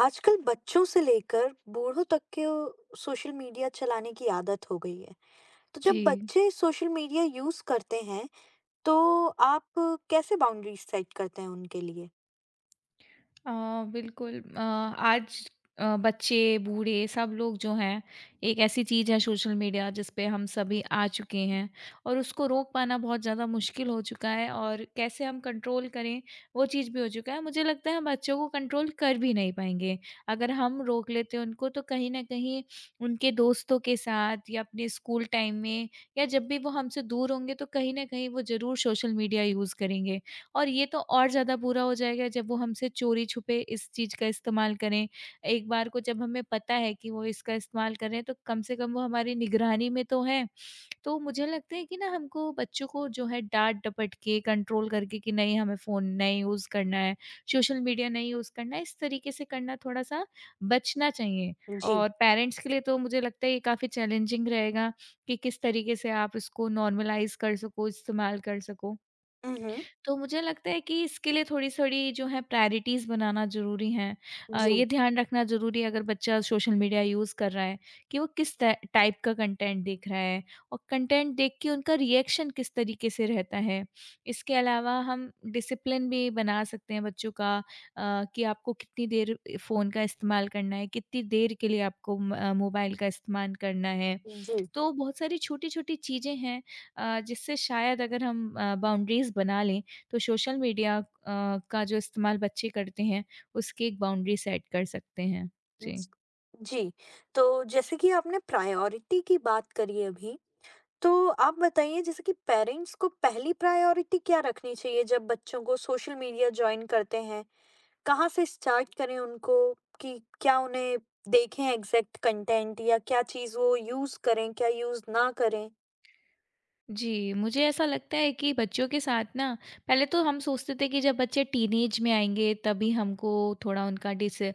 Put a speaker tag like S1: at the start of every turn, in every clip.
S1: आजकल बच्चों से लेकर बूढ़ों तक के सोशल मीडिया चलाने की आदत हो गई है। तो जब
S2: जी।
S1: बच्चे सोशल मीडिया यूज करते हैं, तो आप कैसे बाउंड्री सेट करते हैं उनके लिए?
S2: अ, बिल्कुल, आज बच्चे, बूढ़े सब लोग जो हैं, एक ऐसी चीज़ है सोशल मीडिया जिस पे हम सभी आ चुके हैं और उसको रोक पाना बहुत ज़्यादा मुश्किल हो चुका है और कैसे हम कंट्रोल करें, वो चीज़ भी हो चुका है। मुझे लगता है हम बच्चों को कंट्रोल कर भी नहीं पाएँगे। अगर हम रोक लेते हैं उनको तो कहीं न कहीं उनके दोस्तों के साथ या अपने स्कूल टाइम में या जब भी वो हमसे दूर होंगे तो कहीं न कहीं वो ज़रूर सोशल मीडिया यूज़ करेंगे। और ये तो और ज़्यादा बुरा हो जाएगा जब वो हमसे चोरी-छुपे इस चीज़ का इस्तेमाल करें। एक बार को जब हमें पता है कि वो इसका इस्तेमाल कर रहे हैं तो कम से कम वो हमारी निगरानी में तो हैं। तो मुझे लगता है कि ना हमको बच्चों को जो है डाँट-डपट के कंट्रोल करके कि नहीं, हमें फ़ोन नहीं यूज़ करना है, सोशल मीडिया नहीं यूज़ करना है, इस तरीके से करना थोड़ा-सा बचना चाहिए।
S1: जी।
S2: और पेरेंट्स के लिए तो मुझे लगता है ये काफ़ी चैलेंजिंग रहेगा कि किस तरीके से आप इसको नॉर्मलाइज़ कर सको, इस्तेमाल कर सको।
S1: हम्म।
S2: तो मुझे लगता है कि इसके लिए थोड़ी-थोड़ी जो है प्रायोरिटीज़ बनाना ज़रूरी हैं।
S1: जी।
S2: ये ध्यान रखना ज़रूरी है अगर बच्चा सोशल मीडिया यूज़ कर रहा है कि वो किस त टाइप का कंटेंट देख रहा है और कंटेंट देख के उनका रिएक्शन किस तरीके से रहता है। इसके अलावा हम डिसिप्लिन भी बना सकते हैं बच्चों का, कि आपको कितनी देर फ़ोन का इस्तेमाल करना है, कितनी देर के लिए आपको म मोबाइल का इस्तेमाल करना है।
S1: जी।
S2: तो बहुत सारी छोटी-छोटी चीज़ें हैं जिससे शायद अगर हम बाउंड्रीज़ बना लें तो सोशल मीडिया का जो इस्तेमाल बच्चे करते हैं उसकी एक बाउंड्री सेट कर सकते हैं। जी।
S1: ज- जी। तो जैसे कि आपने प्रायोरिटी की बात करी अभी, तो आप बताइए जैसे कि पेरेंट्स को पहली प्रायोरिटी क्या रखनी चाहिए जब बच्चों को सोशल मीडिया ज्वाइन करते हैं। कहाँ से स्टार्ट करें उनको? कि क्या उन्हें देखें एग्ज़ैक्ट कंटेंट, या क्या चीज़ वो यूज़ करें, क्या यूज़ ना करें?
S2: जी, मुझे ऐसा लगता है कि बच्चों के साथ ना पहले तो हम सोचते थे कि जब बच्चे टीनेज में आएँगे तभी हमको थोड़ा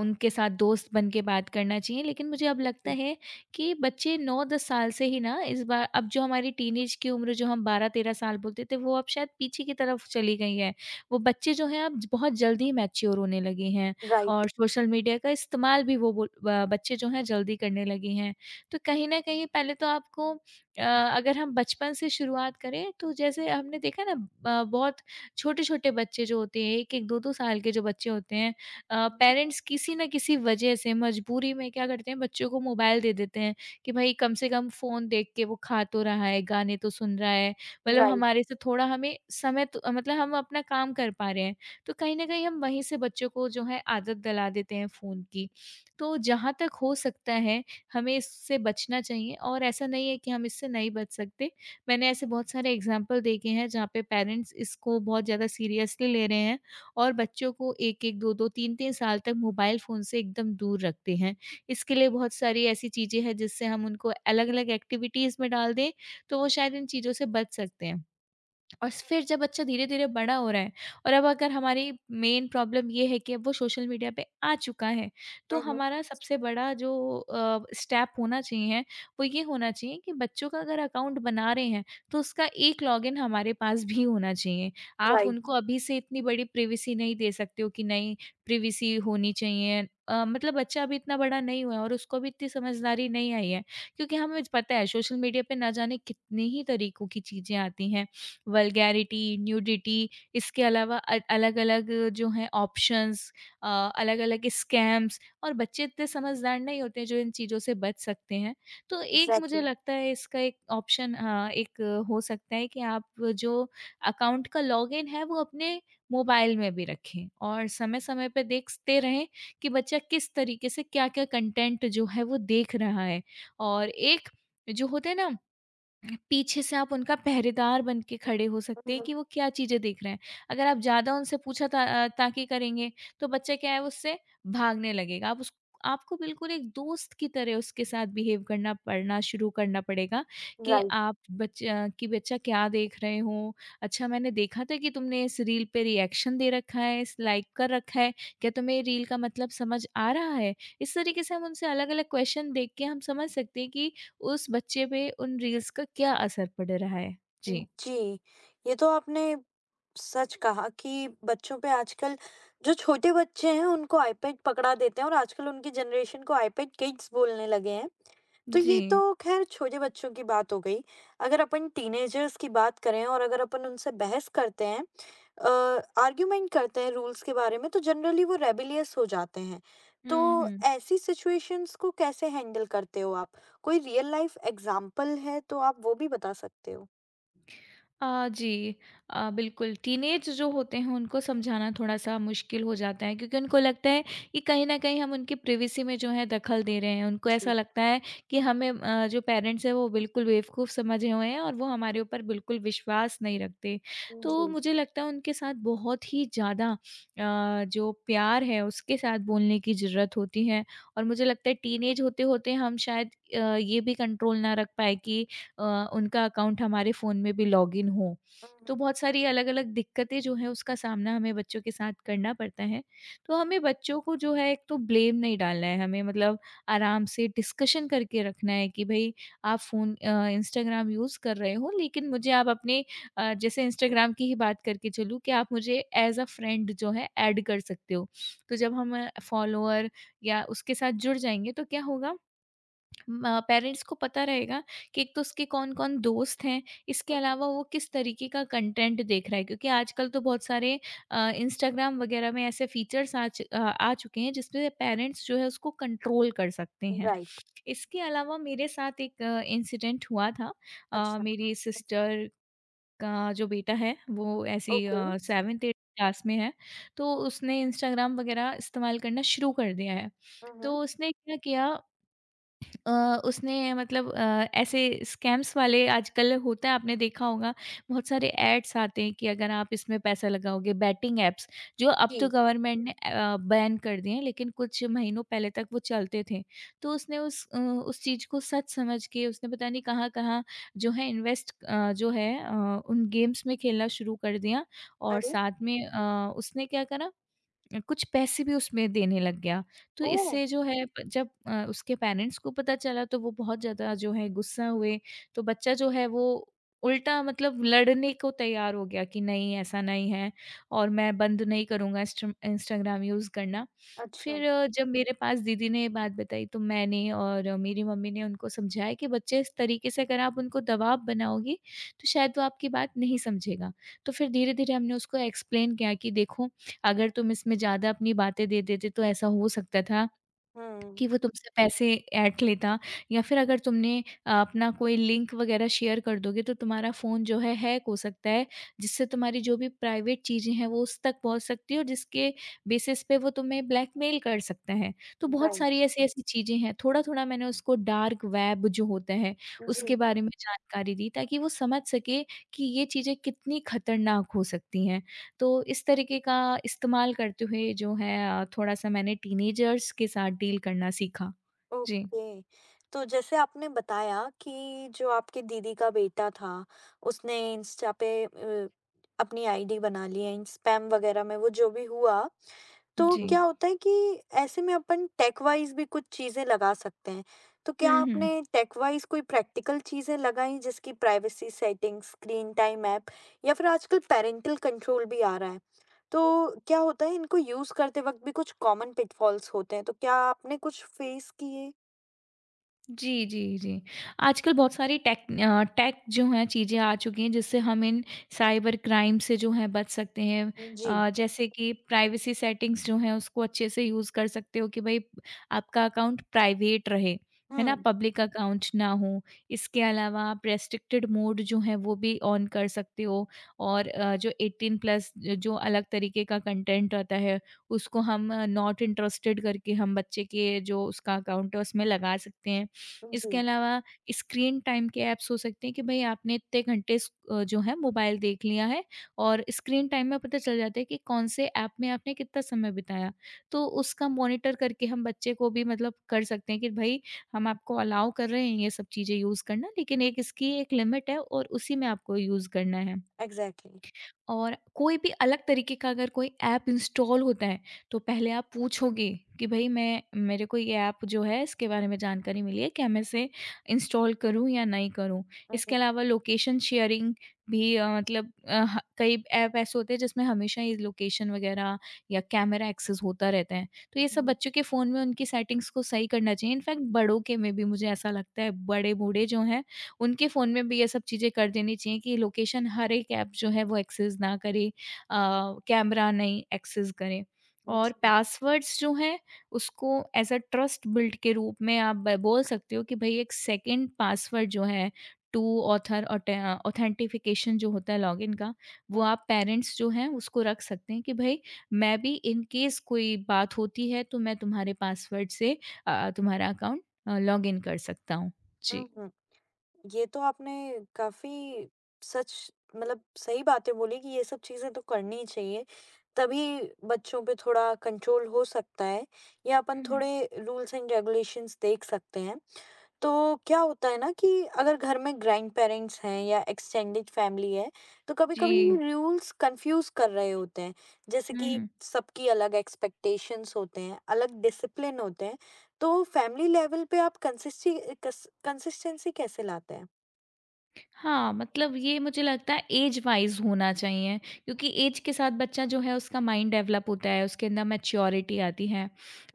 S2: उनके साथ दोस्त बन के बात करना चाहिए। लेकिन मुझे अब लगता
S1: जी।
S2: है कि बच्चे 9-10 साल से ही ना इस बार अब जो हमारी टीनेज की उम्र जो हम 12-13 साल बोलते थे वो अब शायद पीछे की तरफ चली गई है। वो बच्चे जो हैं अब बहुत जल्दी मैच्योर होने लगे हैं
S1: राइट।
S2: और सोशल मीडिया का इस्तेमाल भी वो बोल ब बच्चे जो हैं जल्दी करने लगे हैं। तो कहीं न कहीं पहले तो आपको अ, अगर हम बचपन से शुरुआत करें तो जैसे हमने देखा ना, बहुत छोटे-छोटे बच्चे जो होते हैं 1-1 2-2 साल के जो बच्चे होते हैं,
S1: हुँ।
S2: पेरेंट्स किसी न किसी वजह से मजबूरी में क्या करते हैं बच्चों को मोबाइल दे देते हैं कि भाई कम से कम फ़ोन देख के वो खा तो रहा है, गाने तो सुन रहा है। मतलब
S1: राइट।
S2: हमारे से थोड़ा हमें समय तो, मतलब हम अपना काम कर पा रहे हैं। तो कहीं न कहीं हम वहीं से बच्चों को जो है आदत डला देते हैं फ़ोन की। तो जहाँ तक हो सकता है हमें इससे बचना चाहिए और ऐसा नहीं है कि हम इससे नहीं बच सकते। मैंने ऐसे बहुत सारे एग्ज़ाम्पल देखे हैं जहाँ पे पेरेंट्स इसको बहुत ज़्यादा सीरियसली ले रहे हैं और बच्चों को 1-1, 2-2, 3-3 साल तक मोबाइल फ़ोन से एकदम दूर रखते हैं। इसके लिए बहुत सारी ऐसी चीज़ें हैं जिससे हम उनको अलग-अलग एक्टिविटीज़ में डाल दें, तो वो शायद इन चीज़ों से बच सकते हैं। और फिर जब बच्चा धीरे-धीरे बड़ा हो रहा है और अब अगर हमारी मेन प्रॉब्लम ये है कि अब वो सोशल मीडिया पे आ चुका है, तो
S1: हुँ, हुँ।
S2: हमारा सबसे बड़ा जो स्टेप होना चाहिए, वो ये होना चाहिए कि बच्चों का अगर अकाउंट बना रहे हैं, तो उसका एक लॉगिन हमारे पास भी होना चाहिए। आप उनको
S1: राइट।
S2: अभी से इतनी बड़ी प्राइवेसी नहीं दे सकते हो कि नहीं, प्राइवेसी होनी चाहिए। मतलब बच्चा अभी इतना बड़ा नहीं हुआ है और उसको भी इतनी समझदारी नहीं आई है, क्योंकि हमें पता है सोशल मीडिया पे ना जाने कितने ही तरीकों की चीज़ें आती हैं। वल्गैरिटी, न्यूडिटी, इसके अलावा अलग-अलग जो हैं ऑप्शंस, अ, अलग-अलग स्कैम्स, और बच्चे इतने समझदार नहीं होते हैं जो इन चीज़ों से बच सकते हैं। तो एक मुझे
S1: एग्ज़ैक्टली।
S2: लगता है इसका एक ऑप्शन एक हो सकता है कि आप जो अकाउंट का लॉगिन है वो अपने मोबाइल में भी रखें और समय-समय पे देखते रहें कि बच्चा किस तरीके से क्या-क्या कंटेंट जो है वो देख रहा है। और एक जो होते हैं ना, पीछे से आप उनका पहरेदार बन के खड़े हो सकते
S1: हुँ,
S2: हैं कि
S1: हुँ।
S2: वो क्या चीज़ें देख रहे हैं। अगर आप ज़्यादा उनसे ताकी करेंगे तो बच्चा क्या है वो उससे भागने लगेगा। आप उस आपको बिल्कुल एक दोस्त की तरह उसके साथ बिहेव करना पड़ना शुरू करना पड़ेगा कि
S1: राइट।
S2: बच्चा क्या देख रहे हो? अच्छा, मैंने देखा था कि तुमने इस रील पे रिएक्शन दे रखा है, इस लाइक कर रखा है। क्या तुम्हें रील का मतलब समझ आ रहा है? इस तरीके से हम उनसे अलग-अलग क्वेश्चन देख के हम समझ सकते हैं कि उस बच्चे पे उन रील्स का क्या असर पड़ रहा है? जी।
S1: जी, ये तो आपने सच कहा कि बच्चों पे आजकल, जो छोटे बच्चे हैं उनको आईपैड पकड़ा देते हैं, और आजकल उनकी जनरेशन को आईपैड किड्स बोलने लगे हैं। तो
S2: जी।
S1: ये तो ख़ैर छोटे बच्चों की बात हो गई। अगर अपन टीनेजर्स की बात करें और अगर अपन उनसे बहस करते हैं, अ, आर्ग्यूमेंट करते हैं रूल्स के बारे में, तो जनरली वो रेबेलियस हो जाते हैं।
S2: हुँ,
S1: तो
S2: हुँ।
S1: ऐसी सिचुएशंस को कैसे हैंडल करते हो आप? कोई रियल लाइफ़ एग्ज़ाम्पल है तो आप वो भी बता सकते हो?
S2: जी। बिल्कुल, टीनेज जो होते हैं उनको समझाना थोड़ा-सा मुश्किल हो जाता है क्योंकि उनको लगता है कि कहीं न कहीं हम उनकी प्राइवेसी में जो है दखल दे रहे हैं। उनको ऐसा
S1: जी।
S2: लगता है कि हमें, जो पेरेंट्स हैं वो बिल्कुल बेवकूफ़ समझे हुए हैं और वो हमारे ऊपर बिल्कुल विश्वास नहीं रखते। तो
S1: जी।
S2: मुझे लगता है उनके साथ बहुत ही ज़्यादा जो प्यार है उसके साथ बोलने की ज़रूरत होती है और मुझे लगता है टीनेज होते-होते हम शायद ये भी कंट्रोल ना रख पाएँ कि अ, उनका अकाउंट हमारे फ़ोन में भी लॉगिन हो।
S1: हुँ,
S2: तो
S1: हुँ,
S2: बहुत सारी अलग-अलग दिक्कतें जो हैं उसका सामना हमें बच्चों के साथ करना पड़ता है। तो हमें बच्चों को जो है एक तो ब्लेम नहीं डालना है, हमें मतलब आराम से डिस्कशन करके रखना है कि भई आप फ़ोन, इंस्टाग्राम यूज़ कर रहे हो लेकिन मुझे आप अपने जैसे इंस्टाग्राम की ही बात करके चलूँ कि आप मुझे एज़ अ फ्रेंड जो है ऐड कर सकते हो। तो जब हम फॉलोअर या उसके साथ जुड़ जाएँगे तो क्या होगा, पेरेंट्स को पता रहेगा कि एक तो उसके कौन-कौन दोस्त हैं, इसके
S1: हुँ, हुँ।
S2: अलावा वो किस तरीके का कंटेंट देख रहा है क्योंकि आजकल तो बहुत सारे इंस्टाग्राम वगैरह में ऐसे फीचर्स आ चुके हैं जिसमें पेरेंट्स जो है उसको कंट्रोल कर सकते हैं।
S1: राइट।
S2: इसके अलावा मेरे साथ एक इंसिडेंट हुआ था।
S1: अच्छा।
S2: मेरी सिस्टर का जो बेटा है वो ऐसी
S1: ओके।
S2: 7th 8th क्लास में है, तो उसने इंस्टाग्राम वगैरह इस्तेमाल करना शुरू कर दिया है।
S1: हुँ,
S2: तो
S1: हुँ।
S2: उसने क्या किया, अ, उसने मतलब ऐसे स्कैम्स वाले आजकल होता है आपने देखा होगा, बहुत सारे एड्स आते हैं कि अगर आप इसमें पैसा लगाओगे, बैटिंग एप्स जो अब तो
S1: जी।
S2: गवर्नमेंट ने बैन कर दिए हैं लेकिन कुछ महीनों पहले तक वो चलते थे, तो उसने उस चीज़ को सच समझ के उसने पता नहीं कहाँ कहाँ जो है इन्वेस्ट जो है, उन गेम्स में खेलना शुरू कर दिया और
S1: अरे!
S2: साथ में उसने क्या करा, कुछ पैसे भी उसमें देने लग गया। तो
S1: ओह!
S2: इससे जो है प जब उसके पेरेंट्स को पता चला तो वो बहुत ज़्यादा जो है गुस्सा हुए। तो बच्चा जो है वो उल्टा मतलब लड़ने को तैयार हो गया कि नहीं, ऐसा नहीं है और मैं बंद नहीं करूँगा इंस्टाग्राम यूज़ करना।
S1: अच्छा।
S2: फिर जब मेरे पास दीदी ने ये बात बताई तो मैंने और मेरी मम्मी ने उनको समझाया कि बच्चे इस तरीके से अगर आप उनको दबाव बनाओगी तो शायद वो आपकी बात नहीं समझेगा। तो फिर धीरे-धीरे हमने उसको एक्सप्लेन किया कि देखो, अगर तुम इसमें ज़्यादा अपनी बातें दे देते तो ऐसा हो सकता था
S1: हुँ।
S2: कि वो तुमसे पैसे ऐंठ लेता या फिर अगर तुमने अपना कोई लिंक वग़ैरह शेयर कर दोगे तो तुम्हारा फ़ोन जो है हैक हो सकता है, जिससे तुम्हारी जो भी प्राइवेट चीज़ें हैं वो उस तक पहुँच सकती है और जिसके बेसिस पे वो तुम्हें ब्लैकमेल कर सकता है। तो बहुत
S1: राइट।
S2: सारी ऐसी-ऐसी चीज़ें हैं, थोड़ा-थोड़ा मैंने उसको डार्क वेब जो होता है, उसके
S1: जी।
S2: बारे में जानकारी दी ताकि वो समझ सके कि ये चीज़ें कितनी खतरनाक हो सकती हैं। तो इस तरीके का इस्तेमाल करते हुए जो है थोड़ा-सा मैंने टीनेजर्स के साथ डील करना सीखा। जी।
S1: ओके। तो जैसे आपने बताया कि जो आपकी दीदी का बेटा था, उसने इंस्टा पे अपनी आईडी बना ली है, इन स्पैम वगैरह में वो जो भी हुआ, तो
S2: जी।
S1: क्या होता है कि ऐसे में अपन टेक वाइज़ भी कुछ चीज़ें लगा सकते हैं। तो क्या
S2: हुँ, हुँ।
S1: आपने टेक वाइज़ कोई प्रैक्टिकल चीज़ें लगाई जिसकी privacy settings, screen time app या फिर आजकल पैरेंटल कंट्रोल भी आ रहा है। तो क्या होता है इनको यूज़ करते वक़्त भी कुछ कॉमन पिटफॉल्स होते हैं, तो क्या आपने कुछ फेस किए?
S2: जी, जी, जी। आजकल बहुत सारी टेक जो हैं चीज़ें आ चुकी हैं जिससे हम इन साइबर क्राइम से जो है बच सकते हैं।
S1: जी,
S2: जैसे कि प्राइवेसी सेटिंग्स जो हैं उसको अच्छे से यूज़ कर सकते हो कि भई आपका अकाउंट प्राइवेट रहे, है ना?
S1: हुँ,
S2: पब्लिक अकाउंट ना हो। इसके अलावा आप रेस्ट्रिक्टेड मोड जो है वो भी ऑन कर सकते हो और जो 18 प्लस जो अलग तरीके का कंटेंट आता है उसको हम नॉट इंटरेस्टेड करके हम बच्चे के जो उसका अकाउंट है उसमें लगा सकते हैं। इसके
S1: जी,
S2: अलावा स्क्रीन टाइम के ऐप्स हो सकते हैं कि भई आपने इतने जो है मोबाइल देख लिया है और स्क्रीन टाइम में पता चल जाता है कि कौन-से ऐप में आपने कितना समय बिताया। तो उसका मॉनिटर करके हम बच्चे को भी मतलब कर सकते हैं कि भई हम आपको अलाउ कर रहे हैं ये सब चीज़ें यूज़ करना लेकिन एक इसकी एक लिमिट है और उसी में आपको यूज़ करना है।
S1: एग्ज़ैक्टली।
S2: और कोई भी अलग तरीके का अगर कोई ऐप इंस्टॉल होता है, तो पहले आप पूछोगे कि भई मैं मेरे को ये ऐप जो है इसके बारे में जानकारी मिली है, क्या मैं इसे इंस्टॉल करूँ या नहीं करूँ?
S1: हुँ,
S2: इसके
S1: हुँ,
S2: अलावा लोकेशन शेयरिंग भी मतलब अ, ह कई ऐप ऐसे होते हैं जिसमें हमेशा ये लोकेशन वगैरह या कैमरा एक्सेस होता रहता है। तो ये सब
S1: हुँ,
S2: बच्चों के फ़ोन में उनकी सेटिंग्स को सही करना चाहिए। इनफैक्ट बड़ों के में भी मुझे ऐसा लगता है बड़े बूढ़े जो हैं उनके फ़ोन में भी ये सब चीज़ें कर देनी चाहिए कि लोकेशन हर एक ऐप जो है वो एक्सेस ना करे, अ, कैमरा नहीं एक्सेस करे।
S1: हुँ,
S2: और
S1: जी,
S2: पासवर्ड्स जो हैं उसको एज़ अ ट्रस्ट बिल्ड के रूप में आप ब बोल सकते हो कि भई एक सेकंड पासवर्ड जो है, टू ऑथर ऑटे ऑथेंटिफिकेशन जो होता है लॉगिन का, वो
S1: हुँ,
S2: आप पेरेंट्स जो हैं उसको रख सकते हैं कि भई मैं भी इन केस कोई बात होती है तो मैं तुम्हारे पासवर्ड से तुम्हारा अकाउंट लॉगिन कर सकता हूँ। जी।
S1: हुँ, हुँ। ये तो आपने काफ़ी सच, मतलब सही बातें बोली कि ये सब चीज़ें तो करनी ही चाहिए, तभी बच्चों पे थोड़ा कंट्रोल हो सकता है, या अपन
S2: हुँ, हुँ।
S1: थोड़े रूल्स एंड रेगुलेशंस देख सकते हैं। तो क्या होता है ना कि अगर घर में ग्रैंडपेरेंट्स हैं या एक्सटेंडेड फैमिली है, तो
S2: जी।
S1: कभी-कभी ये रूल्स कंफ्यूज कर रहे होते हैं। जैसे
S2: हुँ,
S1: कि
S2: हुँ।
S1: सबकी अलग एक्सपेक्टेशंस होते हैं, अलग डिसिप्लिन होते हैं। तो फैमिली लेवल पे आप कंसिस्टी कस कंसिस्टेंसी कैसे लाते हैं?
S2: हाँ, मतलब ये मुझे लगता है ऐज वाइज़ होना चाहिए, क्योंकि ऐज के साथ बच्चा जो है उसका माइंड डेवलप होता है, उसके अंदर मैच्योरिटी आती है।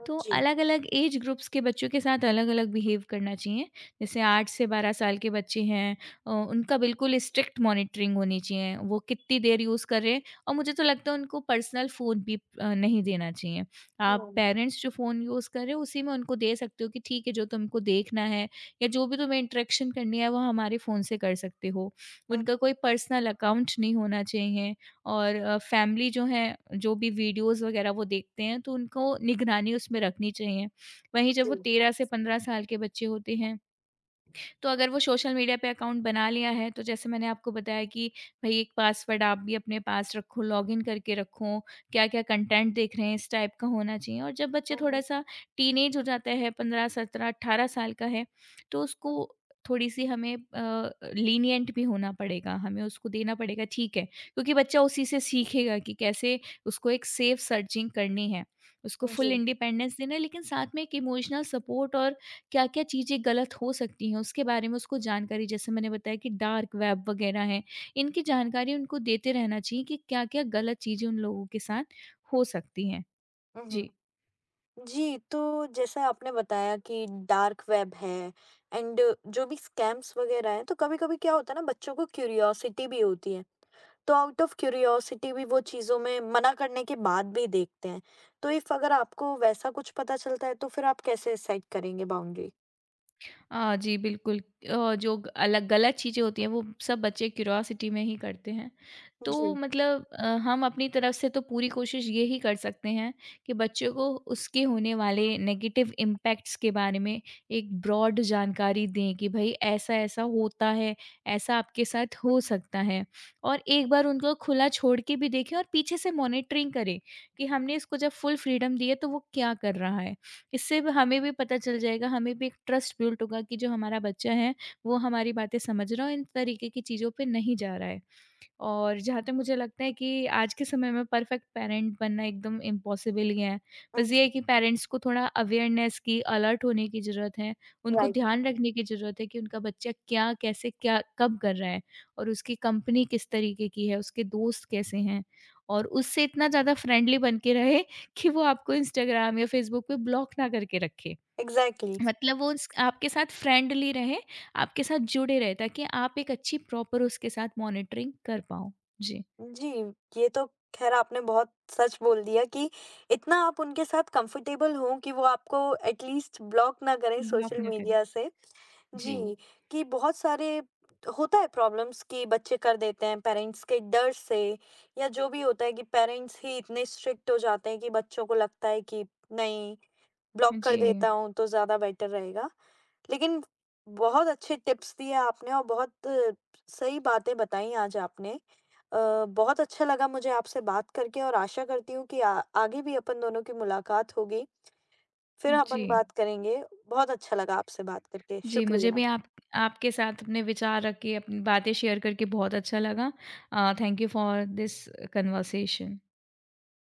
S2: तो
S1: जी।
S2: अलग-अलग ऐज ग्रुप्स के बच्चों के साथ अलग-अलग बिहेव करना चाहिए। जैसे 8 से 12 साल के बच्चे हैं, उनका बिल्कुल स्ट्रिक्ट मॉनिटरिंग होनी चाहिए। वो कितनी देर यूज़ कर रहे हैं और मुझे तो लगता है उनको पर्सनल फ़ोन भी नहीं देना चाहिए।
S1: हुँ,
S2: आप
S1: हुँ,
S2: पेरेंट्स जो फ़ोन यूज़ कर रहे हो उसी में उनको दे सकते हो कि ठीक है, जो तुमको देखना है या जो भी तुम्हें इंटरेक्शन करनी है वो हमारे फ़ोन से कर सकते हो। उनका कोई पर्सनल अकाउंट नहीं होना चाहिए और फैमिली जो है, जो भी वीडियोज़ वगैरह वो देखते हैं तो उनको निगरानी उसमें रखनी चाहिए। वहीं जब
S1: जी।
S2: वो 13 से 15 साल के बच्चे होते हैं, तो अगर वो सोशल मीडिया पे अकाउंट बना लिया है, तो जैसे मैंने आपको बताया कि भई एक पासवर्ड आप भी अपने पास रखो, लॉगिन करके रखो, क्या-क्या कंटेंट देख रहे हैं, इस टाइप का होना चाहिए। और जब बच्चे
S1: हुँ,
S2: थोड़ा-सा टीनेज हो जाता है, 15, 17, 18 साल का है, तो उसको थोड़ी-सी हमें लीनिएंट भी होना पड़ेगा, हमें उसको देना पड़ेगा ठीक है, क्योंकि बच्चा उसी से सीखेगा कि कैसे उसको एक सेफ सर्चिंग करनी है। उसको
S1: हुँ,
S2: फुल
S1: जी।
S2: इंडिपेंडेंस देना है लेकिन साथ में एक इमोशनल सपोर्ट और क्या-क्या चीज़ें गलत हो सकती हैं, उसके बारे में उसको जानकारी, जैसे मैंने बताया कि डार्क वेब वगैरह है, इनकी जानकारी उनको देते रहना चाहिए कि क्या-क्या गलत चीज़ें उन लोगों के साथ हो सकती हैं।
S1: हुँ,
S2: जी।
S1: हुँ। जी, तो जैसा आपने बताया कि डार्क वेब है, एंड जो भी स्कैम्स वगैरह हैं, तो कभी-कभी क्या होता है ना, बच्चों को क्यूरियोसिटी भी होती है। तो आउट ऑफ क्यूरियोसिटी भी वो चीज़ों में मना करने के बाद भी देखते हैं। तो इफ अगर आपको वैसा कुछ पता चलता है, तो फिर आप कैसे सेट करेंगे बाउंड्री?
S2: जी, बिल्कुल। अलग गलत चीज़ें होती हैं, वो सब बच्चे क्यूरियोसिटी में ही करते हैं। तो
S1: जी।
S2: मतलब हम अपनी तरफ से तो पूरी कोशिश ये ही कर सकते हैं कि बच्चों को उसके होने वाले नेगेटिव इम्पैक्ट्स के बारे में एक ब्रॉड जानकारी दें कि भई ऐसा-ऐसा होता है, ऐसा आपके साथ हो सकता है। और एक बार उनको खुला छोड़ के भी देखें और पीछे से मॉनिटरिंग करें कि हमने इसको जब फुल फ्रीडम दी है, तो वो क्या कर रहा है। इससे भी हमें भी पता चल जाएगा, हमें भी एक ट्रस्ट बिल्ड होगा कि जो हमारा बच्चा है, वो हमारी बातें समझ रहा है और इन तरीके की चीज़ों पे नहीं जा रहा है। और जहाँ तक मुझे लगता है कि आज के समय में परफेक्ट पेरेंट बनना एकदम इम्पॉसिबल ही है।
S1: हुँ,
S2: बस ये है कि पेरेंट्स को थोड़ा अवेयरनेस की, अलर्ट होने की ज़रूरत है। उनको
S1: राइट,
S2: ध्यान रखने की ज़रूरत है कि उनका बच्चा क्या, कैसे, क्या, कब कर रहा है और उसकी कंपनी किस तरीके की है, उसके दोस्त कैसे हैं और उससे इतना ज़्यादा फ्रेंडली बन के रहे कि वो आपको इंस्टाग्राम या फ़ेसबुक पे ब्लॉक ना करके रखे।
S1: एग्ज़ैक्टली।
S2: मतलब वो उस आपके साथ फ्रेंडली रहे, आपके साथ जुड़े रहे ताकि आप एक अच्छी प्रॉपर उसके साथ मॉनिटरिंग कर पाओ। जी,
S1: जी, ये तो ख़ैर आपने बहुत सच बोल दिया कि इतना आप उनके साथ कंफ़र्टेबल हों कि वो आपको एट लीस्ट ब्लॉक ना करें
S2: ब्लॉक
S1: सोशल
S2: ना करें।
S1: मीडिया से।
S2: जी,
S1: जी, कि बहुत सारे होता है प्रॉब्लम्स कि बच्चे कर देते हैं पेरेंट्स के डर से, या जो भी होता है कि पेरेंट्स ही इतने स्ट्रिक्ट हो जाते हैं कि बच्चों को लगता है कि नहीं, ब्लॉक कर
S2: जी,
S1: देता हूँ तो ज़्यादा बेटर रहेगा। लेकिन बहुत अच्छे टिप्स दिए आपने, और बहुत सही बातें बताई आज आपने। बहुत अच्छा लगा मुझे आपसे बात करके, और आशा करती हूँ कि आ आगे भी अपन दोनों की मुलाकात होगी। फिर
S2: जी।
S1: अपन बात करेंगे। बहुत अच्छा लगा आपसे बात करके।
S2: जी, मुझे
S1: शुक्रिया।
S2: भी आप आपके साथ अपने विचार रख के, अपनी बातें शेयर करके बहुत अच्छा लगा। Thank you for this conversation.